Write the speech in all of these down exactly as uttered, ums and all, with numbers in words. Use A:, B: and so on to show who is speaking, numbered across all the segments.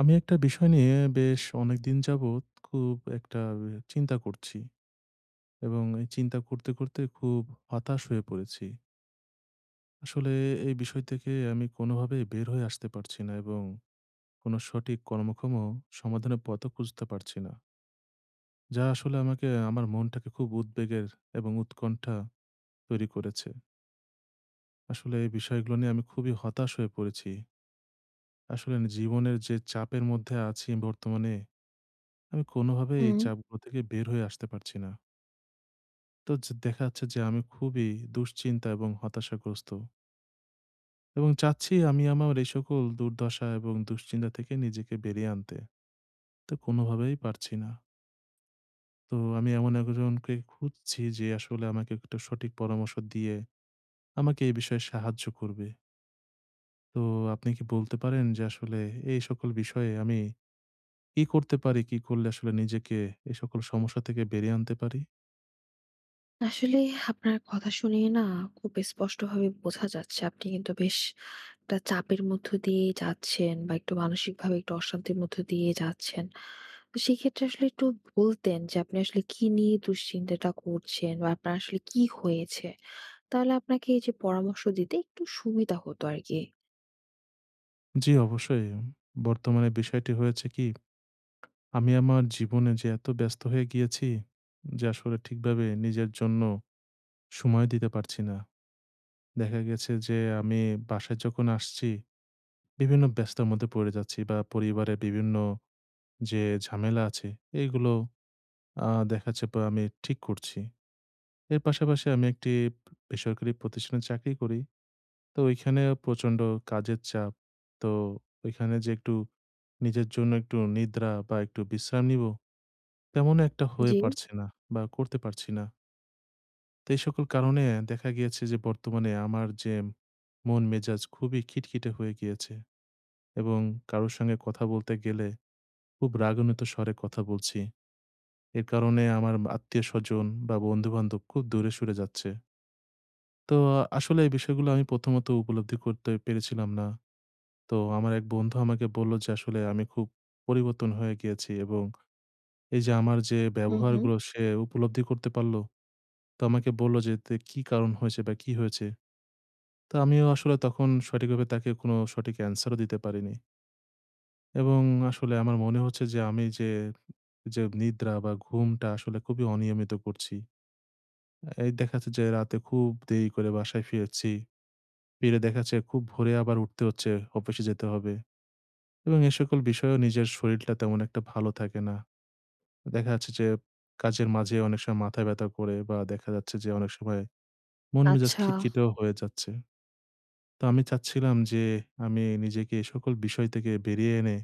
A: আমি একটা বিষয় নিয়ে বেশ অনেকদিন যাবৎ খুব একটা চিন্তা করছি এবং এই চিন্তা করতে, করতে খুব হতাশ হয়ে পড়েছি। আসলে এই বিষয় থেকে আমি কোনোভাবেই বের হয়ে আসতে পারছি না এবং কোনো সঠিক কর্মক্ষম সমাধানের পথও খুঁজতে পারছি না। যা আসলে আমাকে আমার মনটাকে খুব উদ্বেগের এবং উৎকণ্ঠা তৈরি করেছে। আসলে এই বিষয়গুলো নিয়ে আমি খুবই হতাশ হয়ে পড়েছি। আসলে জীবনের যে চাপের মধ্যে আছি বর্তমানে, আমি কোনোভাবেই এই
B: হুম।
A: চাপগুলো থেকে বের হয়ে আসতে পারছি না। তো যে দেখা যাচ্ছে যে আমি খুবই দুশ্চিন্তা এবং হতাশাগ্রস্ত এবং চাচ্ছি আমি আমার এই সকল দুর্দশা এবং দুশ্চিন্তা থেকে নিজেকে বেরিয়ে আনতে। তো কোনোভাবেই পারছি না। তো আমি এমন একজনকে খুঁজছি যে আসলে আমাকে একটা সঠিক পরামর্শ দিয়ে আমাকে এই বিষয়ে সাহায্য করবে। তো আপনি কি বলতে পারেন যে আসলে এই সকল বিষয়ে আমি কি করতে পারি? কি করলে আসলে নিজেকে এই সকল সমস্যা থেকে বেরিয়ে আনতে পারি?
B: আসলে আপনার কথা শুনে না খুব স্পষ্টভাবে বোঝা যাচ্ছে আপনি কিন্তু বেশ একটা চাপের মধ্য দিয়ে যাচ্ছেন বা একটু মানসিকভাবে একটু অশান্তির মধ্য দিয়ে যাচ্ছেন। তো সেক্ষেত্রে আসলে একটু বলতেন যে আপনি আসলে কি নিয়ে দুশ্চিন্তাটা করছেন বা আপনার আসলে কি হয়েছে? তাহলে আপনাকে এই যে পরামর্শ দিতে একটু সুবিধা হতো আরকি।
A: জি, অবশ্যই। বর্তমানে বিষয়টি হয়েছে কি, আমি আমার জীবনে যে এত ব্যস্ত হয়ে গিয়েছি যে আসলে ঠিকভাবে নিজের জন্য সময় দিতে পারছি না। দেখা গেছে যে আমি বাসায় যখন আসছি বিভিন্ন ব্যস্ততার মধ্যে পড়ে যাচ্ছি বা পরিবারে বিভিন্ন যে ঝামেলা আছে এইগুলো আ দেখা যাচ্ছে বা আমি ঠিক করছি। এর পাশাপাশি আমি একটি বেসরকারি প্রতিষ্ঠানে চাকরি করি। তো ওইখানে প্রচন্ড কাজের চাপ। তো ওইখানে যে একটু নিজের জন্য একটু নিদ্রা বা একটু বিশ্রাম নিবো, তেমন একটা হয়ে
B: জি।
A: পারছে না বা করতে পারছি না। তো এই সকল কারণে দেখা গিয়েছে যে বর্তমানে আমার যে মন মেজাজ খুবই খিটখিটে হয়ে গিয়েছে এবং কারো সঙ্গে কথা বলতে গেলে খুব রাগান্বিত স্বরে কথা বলছি। এর কারণে আমার আত্মীয়স্বজন বা বন্ধু-বান্ধব খুব দূরে সরে যাচ্ছে। তো আসলে এই বিষয়গুলো আমি প্রথমত উপলব্ধি করতে পেরেছিলাম না। তো আমার এক বন্ধু আমাকে বলল যে আসলে আমি খুব পরিবর্তন হয়ে গিয়েছি এবং এই যে আমার যে
B: হুম, হুম।
A: ব্যবহারগুলো সে উপলব্ধি করতে পারল। তো আমাকে বলল যে তে কি কারণ হয়েছে বা কি হয়েছে? তো আমিও আসলে তখন সঠিকভাবে তাকে কোনো সঠিক অ্যান্সারও দিতে পারিনি। এবং আসলে আমার মনে হচ্ছে যে আমি যে, যে নিদ্রা বা ঘুমটা আসলে খুবই অনিয়মিত করছি। এই দেখা যাচ্ছে যে রাতে খুব দেরি করে বাসায় ফিরেছি। ফিরে দেখা যাচ্ছে খুব ভোরে আবার উঠতে হচ্ছে, অফিসে যেতে হবে। এবং এ সকল বিষয়েও নিজের শরীরটা তেমন একটা ভালো থাকে না। দেখা যাচ্ছে যে কাজের মাঝে অনেক সময় মাথা ব্যথা করে বা দেখা যাচ্ছে যে অনেক সময় মন মেজাজ
B: আচ্ছা।
A: খিটখিটেও হয়ে যাচ্ছে। তো আমি চাচ্ছিলাম যে আমি নিজেকে এ সকল বিষয় থেকে বেরিয়ে এনে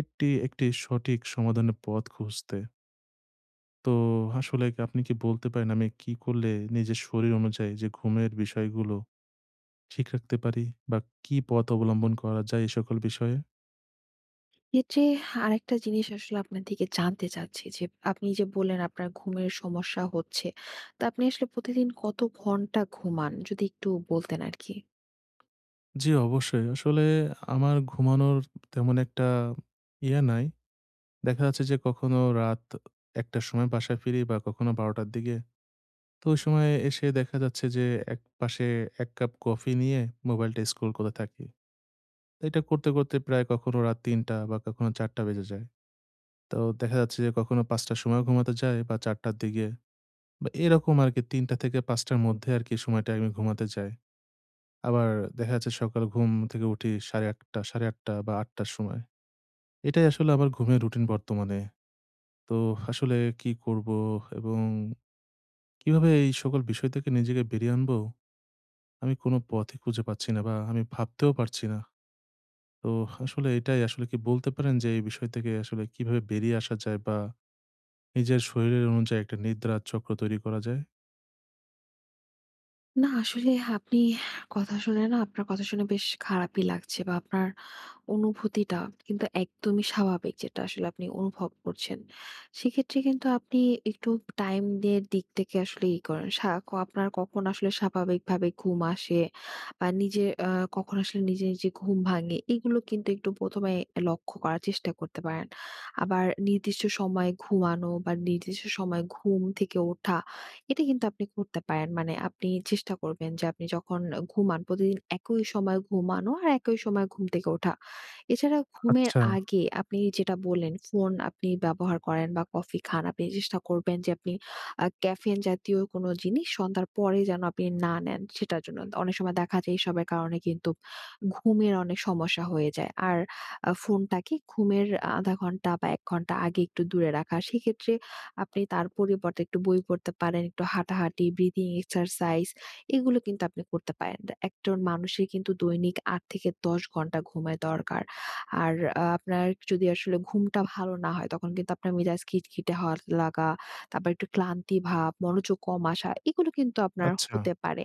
A: একটি, একটি সঠিক সমাধানের পথ খুঁজতে। তো আসলে কি, আপনি কি বলতে পারেন আমি কি করলে নিজের শরীর অনুযায়ী যে ঘুমের বিষয়গুলো ঠিক রাখতে পারি বা কি পথ অবলম্বন করা যায় এ সকল বিষয়ে?
B: এক্ষেত্রে আরেকটা জিনিস আসলে আপনার থেকে জানতে চাচ্ছি যে আপনি যে বললেন আপনার ঘুমের সমস্যা হচ্ছে। তো আপনি আসলে প্রতিদিন কত ঘন্টা ঘুমান? যদি একটু বলতেন আরকি।
A: জি, অবশ্যই। আসলে আমার ঘুমানোর তেমন একটা ইয়ে নাই। দেখা যাচ্ছে যে কখনো রাত ১ টার সময় বাসায় ফিরি বা কখনো ১২ টার দিকে। তো ওই সময় এসে দেখা যাচ্ছে যে একপাশে ১ কাপ কফি নিয়ে মোবাইলটা স্ক্রল করতে থাকি। তো এটা করতে, করতে প্রায় কখনো রাত তিনটা বা কখনো চারটা বেজে যায়। তো দেখা যাচ্ছে যে কখনো পাঁচটার সময় ঘুমাতে যাই বা চারটার দিকে, বা এরকম আরকি তিনটা থেকে পাঁচটার মধ্যে আরকি সময়টায় আমি ঘুমাতে যাই। আবার দেখা যাচ্ছে সকাল ঘুম থেকে উঠি আট ত্রিশ আট ত্রিশ বা আটটার সময়। এটাই আসলে আমার ঘুমের রুটিন বর্তমানে। তো আসলে কি করব এবং কিভাবে এই সকল বিষয় থেকে নিজেকে বেরিয়ে আনবো? আমি কোনো পথই খুঁজে পাচ্ছি না বা আমি ভাবতেও পারছি না। তো আসলে এটাই, আসলে কি বলতে পারেন যে এই বিষয় থেকে আসলে কিভাবে বেরিয়ে আসা যায় বা নিজের শরীরের অনুযায়ী একটা নিদ্রার চক্র তৈরি করা যায়?
B: না আসলে আপনি কথা শুনে না, আপনার কথা শুনে বেশ খারাপই লাগছে বা আপনার অনুভূতিটা কিন্তু একদমই স্বাভাবিক, যেটা আসলে আপনি অনুভব করছেন। সেক্ষেত্রে কিন্তু আপনি একটু টাইম দের দিক থেকে আসলে ই করেন। সা ক আপনার কখন আসলে স্বাভাবিকভাবে ঘুম আসে বা নিজে আ কখন আসলে নিজে, নিজে ঘুম ভাঙে, এগুলো কিন্তু একটু প্রথম এ লক্ষ্য করার চেষ্টা করতে পারেন। আবার নির্দিষ্ট সময়ে ঘুমানো বা নির্দিষ্ট সময়ে ঘুম থেকে ওঠা, এটা কিন্তু আপনি করতে পারেন। মানে আপনি চেষ্টা করবেন যে আপনি যখন ঘুমান, প্রতিদিন একই সময়ে ঘুমানো আর একই সময়ে ঘুম থেকে ওঠা। এছাড়া ঘুমের
A: আচ্ছা,
B: আগে আপনি যেটা বললেন, ফোন আপনি ব্যবহার করেন বা কফি খান, আপনি চেষ্টা করবেন যে আপনি আ ক্যাফেইন জাতীয় কোনো জিনিস সন্ধ্যার পরে যেন আপনি না নেন, সেটার জন্য। অনেক সময় দেখা যায় এসবের কারণে কিন্তু ঘুমের অনেক সমস্যা হয়ে যায়। আর আ ফোনটাকে ঘুমের আধা ঘন্টা বা এক ঘন্টা আগে একটু দূরে রাখা। সেক্ষেত্রে আপনি তার পরিবর্তে একটু বই পড়তে পারেন, একটু হাঁটাহাঁটি, ব্রিথিং এক্সারসাইজ, এগুলো কিন্তু আপনি করতে পারেন। একজন মানুষের কিন্তু দৈনিক আট থেকে দশ ঘন্টা ঘুমের দরকার। আর আ আপনার যদি আসলে ঘুমটা ভালো না হয়, তখন কিন্তু আপনার মেজাজ খিটখিটে হওয়া, লাগা, তারপর একটু ক্লান্তি ভাব, মনোযোগ কম আসা, এগুলো কিন্তু আপনার
A: আচ্ছা।
B: হতে পারে।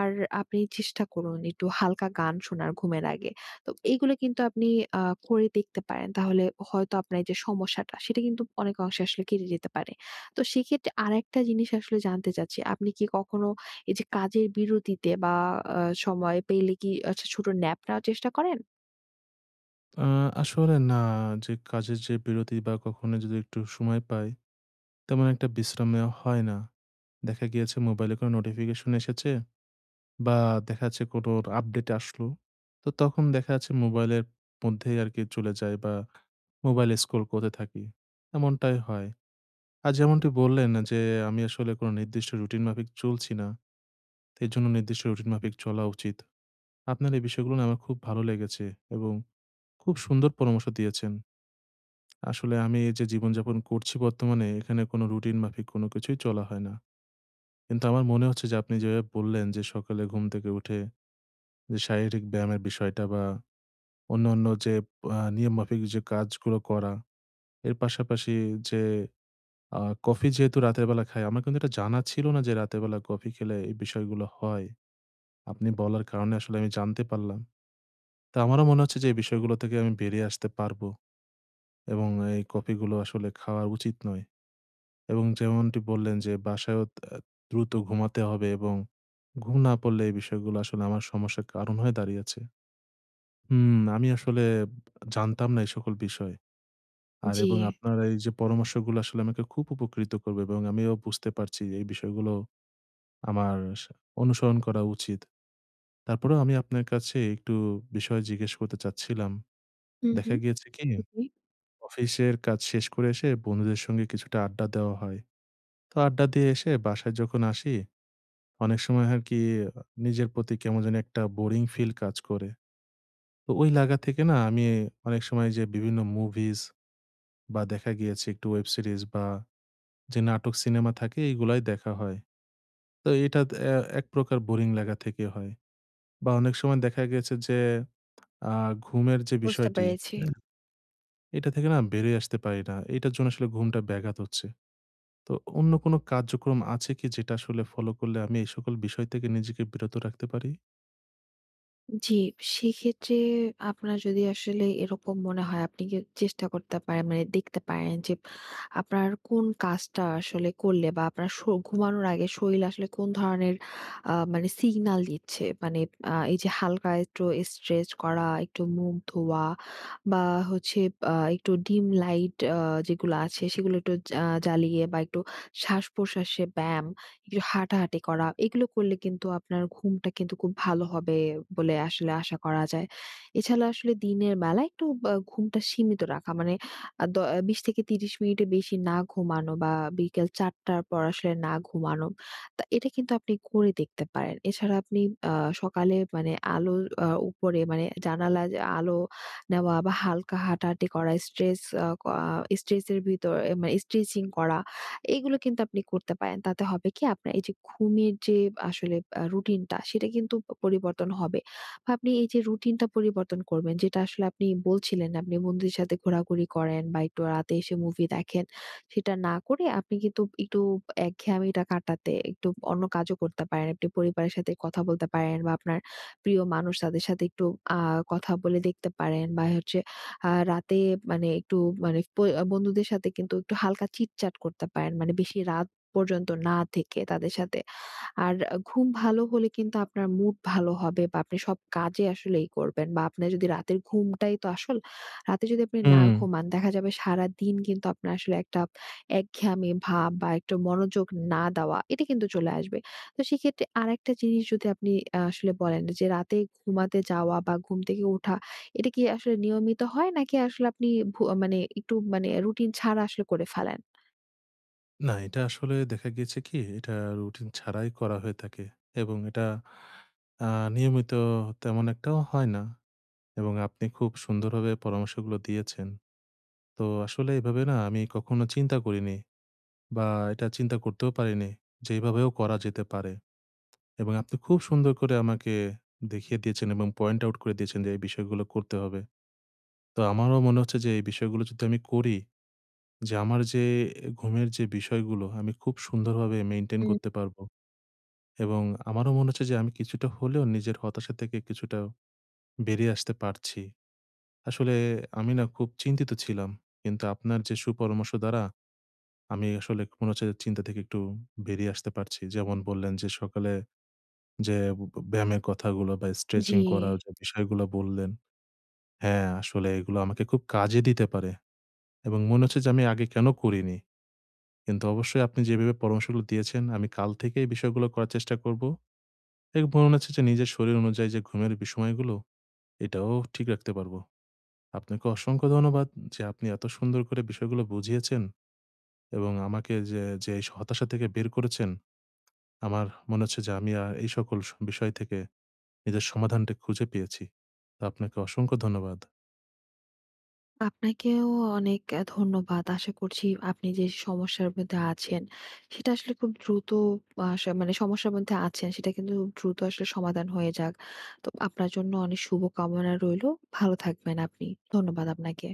B: আর আপনি চেষ্টা করুন একটু হালকা গান শোনার ঘুমের আগে। তো এইগুলো কিন্তু আপনি আ করে দেখতে পারেন। তাহলে হয়তো আপনার এই যে সমস্যাটা, সেটা কিন্তু অনেক অংশে আসলে কেটে যেতে পারে। তো সেক্ষেত্রে আরেকটা জিনিস আসলে জানতে চাচ্ছি, আপনি কি কখনো এই যে কাজের বিরতিতে বা আ সময় পেলে কি আচ্ছা ছোট ন্যাপ নেওয়ার চেষ্টা করেন?
A: আ আসলে না, যে কাজের যে বিরতি বা কখনো যদি একটু সময় পাই, তেমন একটা বিশ্রাম নেওয়া হয় না। দেখা গিয়েছে মোবাইলে কোনো নোটিফিকেশন এসেছে বা দেখা যাচ্ছে কোনোর আপডেট আসলো। তো তখন দেখা যাচ্ছে মোবাইলের মধ্যেই আরকি চলে যাই বা মোবাইল স্ক্রল করতে থাকি। এমনটাই হয়। আর যেমনটি বললেন না যে আমি আসলে কোনো নির্দিষ্ট রুটিন মাফিক চলছি না। তো এজন্য নির্দিষ্ট রুটিন মাফিক চলা উচিত। আপনার এই বিষয়গুলো না আমার খুব ভালো লেগেছে এবং খুব সুন্দর পরামর্শ দিয়েছেন। আসলে আমি এই যে জীবনযাপন করছি বর্তমানে, এখানে কোনো রুটিন মাফিক কোনো কিছুই চলা হয় না। কিন্তু আমার মনে হচ্ছে যে আপনি যেভাবে বললেন যে সকালে ঘুম থেকে উঠে যে শারীরিক ব্যায়ামের বিষয়টা বা অন্যান্য যে আ নিয়মমাফিক যে কাজগুলো করা, এর পাশাপাশি যে আ কফি যেহেতু রাতের বেলা খাই, আমার কিন্তু এটা জানা ছিল না যে রাতের বেলা কফি খেলে এই বিষয়গুলো হয়। আপনি বলার কারণে আসলে আমি জানতে পারলাম। তো আমারও মনে হচ্ছে যে এই বিষয়গুলো থেকে আমি বেরিয়ে আসতে পারবো এবং এই কফিগুলো আসলে খাওয়া উচিত নয়, এবং যেমনটি বললেন যে বাসায়ও আ দ্রুত ঘুমাতে হবে এবং ঘুম না পড়লে এই বিষয়গুলো আসলে আমার সমস্যার কারণ হয়ে দাঁড়িয়েছে। হুম, আমি আসলে জানতাম না এই সকল বিষয়। আর
B: জি।
A: এবং আপনার এই যে পরামর্শগুলো আসলে আমাকে খুব উপকৃত করবে এবং আমিও বুঝতে পারছি এই বিষয়গুলো আমার সা অনুসরণ করা উচিত। তারপরেও আমি আপনার কাছে একটু বিষয় জিজ্ঞেস করতে চাচ্ছিলাম।
B: হুম,
A: দেখা
B: হুম।
A: গিয়েছে কি,
B: জি,
A: অফিসের কাজ শেষ করে এসে বন্ধুদের সঙ্গে কিছুটা আড্ডা দেওয়া হয়। তো আড্ডা দিয়ে এসে বাসায় যখন আসি অনেক সময় আর কি নিজের প্রতি কেমন জানি একটা বোরিং ফিল কাজ করে। তো ওই লাগা থেকে না আমি অনেক সময় যে বিভিন্ন মুভিজ বা দেখা গিয়েছে একটু ওয়েব সিরিজ বা যে নাটক সিনেমা থাকে এইগুলাই দেখা হয়। তো এটা অ্যা এক প্রকার বোরিং লাগা থেকে হয়। বা অনেক সময় দেখা গেছে যে আ ঘুমের যে
B: বুঝতে
A: বিষয়টি,
B: পেরেছি।
A: হ্যাঁ? এটা থেকে না বেরিয়ে আসতে পারি না। এটার জন্য আসলে ঘুমটা ব্যাঘাত হচ্ছে। তো অন্য কোনো কার্যক্রম আছে কি, যেটা আসলে ফলো করলে আমি এই সকল বিষয় থেকে নিজেকে বিরত রাখতে পারি?
B: জি, সেক্ষেত্রে আপনার যদি আসলে এরকম মনে হয়, আপনি কি চেষ্টা করতে পারেন মানে দেখতে পারেন যে আপনার কোন কাজটা আসলে করলে বা আপনার স ঘুমানোর আগে শরীর আসলে কোন ধরনের আ মানে সিগন্যাল দিচ্ছে। মানে আ এই যে হালকা একটু স্ট্রেচ করা, একটু মুখ ধোয়া বা হচ্ছে আ একটু ডিম লাইট, আ যেগুলো আছে সেগুলো একটু আ জ্বালিয়ে, বা একটু শ্বাস-প্রশ্বাসে ব্যায়াম, একটু হাঁটাহাঁটি করা, এগুলো করলে কিন্তু আপনার ঘুমটা কিন্তু খুব ভালো হবে বলে আসলে আশা করা যায়। এছাড়া আসলে দিনের বেলা একটু বা ঘুমটা সীমিত রাখা। মানে আ দ বিশ থেকে ত্রিশ মিনিটের বেশি না ঘুমানো বা বিকেল চারটা র পর আসলে না ঘুমানো। তা এটা কিন্তু আপনি করে দেখতে পারেন। এছাড়া আপনি আ সকালে মানে আলোর আ উপরে মানে জানালায় যে আলো নেওয়া বা হালকা হাঁটাহাঁটি করা, স্ট্রেস আ ক আ স্ট্রেচের ভিতর মানে স্ট্রেচিং করা। এগুলো কিন্তু আপনি করতে পারেন। তাতে হবে কি, আপনার এই যে ঘুমের যে আসলে আ রুটিনটা, সেটা কিন্তু প পরিবর্তন হবে। বা আপনি এই যে রুটিনটা পরিবর্তন করবেন, যেটা আসলে আপনি বলছিলেন, আপনি বন্ধুদের সাথে ঘোরাঘুরি করেন বা একটু রাতে এসে মুভি দেখেন। সেটা না করে আপনি কিন্তু একটু একঘেয়ামিটা কাটাতে একটু অন্য কাজও করতে পারেন। আপনি পরিবারের সাথে কথা বলতে পারেন বা আপনার প্রিয় মানুষ, তাদের সাথে একটু আ কথা বলে দেখতে পারেন, বা হচ্ছে আ রাতে মানে একটু মানে প বন্ধুদের সাথে কিন্তু একটু হালকা চিটচাট করতে পারেন। মানে বেশি রাত পর্যন্ত না থেকে তাদের সাথে। আর ঘুম ভালো হলে কিন্তু আপনার মুড ভালো হবে, বা আপনি সব কাজে আসলেই করবেন, বা আপনার যদি রাতের ঘুমটাই তো আসল। রাতে যদি আপনি না
A: হুম।
B: ঘুমান, দেখা যাবে সারাদিন কিন্তু আপনার আসলে একটা একঘেয়ামি ভাব বা একটু মনোযোগ না দেওয়া, এটা কিন্তু চলে আসবে। তো সেক্ষেত্রে আরেকটা জিনিস, যদি আপনি আ আসলে বলেন, যে রাতে ঘুমাতে যাওয়া বা ঘুম থেকে ওঠা এটা কি আসলে নিয়মিত হয়, নাকি আসলে আপনি ভু মানে একটু মানে রুটিন ছাড়া আসলে করে ফেলেন?
A: না, এটা আসলে দেখা গিয়েছে কি, এটা রুটিন ছাড়াই করা হয়ে থাকে এবং এটা আ নিয়মিত তেমন একটাও হয় না। এবং আপনি খুব সুন্দরভাবে পরামর্শগুলো দিয়েছেন। তো আসলে এভাবে না আমি কখনো চিন্তা করিনি বা এটা চিন্তা করতেও পারিনি যে এভাবেও করা যেতে পারে, এবং আপনি খুব সুন্দর করে আমাকে দেখিয়ে দিয়েছেন এবং পয়েন্ট আউট করে দিয়েছেন যে এই বিষয়গুলো করতে হবে। তো আমারও মনে হচ্ছে যে এই বিষয়গুলো যদি আমি করি, যে আমার যে ঘুমের যে বিষয়গুলো আমি খুব সুন্দরভাবে মেইনটেইন
B: হুম,
A: করতে পারবো এবং আমারও মনে হচ্ছে যে আমি কিছুটা হলেও নিজের হতাশা থেকে কিছুটা বেরিয়ে আসতে পারছি। আসলে আমি না খুব চিন্তিত ছিলাম। কিন্তু আপনার যে সুপরামর্শ দ্বারা আমি আসলে মনে হচ্ছে যে চিন্তা থেকে একটু বেরিয়ে আসতে পারছি। যেমন বললেন যে সকালে যে ব ব্যায়ামের কথাগুলো বা
B: জি।
A: স্ট্রেচিং করার যে বিষয়গুলো বললেন, হ্যাঁ, আসলে এগুলো আমাকে খুব কাজে দিতে পারে। এবং মনে হচ্ছে যে আমি আগে কেন করিনি? কিন্তু অবশ্যই আপনি যেভাবে পরামর্শগুলো দিয়েছেন, আমি কাল থেকে এই বিষয়গুলো করার চেষ্টা করব। এবং মনে হচ্ছে যে নিজের শরীর অনুযায়ী যে ঘুমের বিষয়গুলো এটাও ঠিক রাখতে পারবো। আপনাকে অসংখ্য ধন্যবাদ যে আপনি এত সুন্দর করে বিষয়গুলো বুঝিয়েছেন এবং আমাকে যে, যে এই হতাশা থেকে বের করেছেন। আমার মনে হচ্ছে যে আমি আ এই সকল স বিষয় থেকে নিজের সমাধানটা খুঁজে পেয়েছি। তো আপনাকে অসংখ্য ধন্যবাদ।
B: আপনাকেও অনেক আ ধন্যবাদ। আশা করছি আপনি যে সমস্যার মধ্যে আছেন, সেটা আসলে খুব দ্রুত আস মানে সমস্যার মধ্যে আছেন, সেটা কিন্তু খুব দ্রুত আসলে সমাধান হয়ে যাক। তো আপনার জন্য অনেক শুভকামনা রইলো। ভালো থাকবেন আপনি। ধন্যবাদ আপনাকে।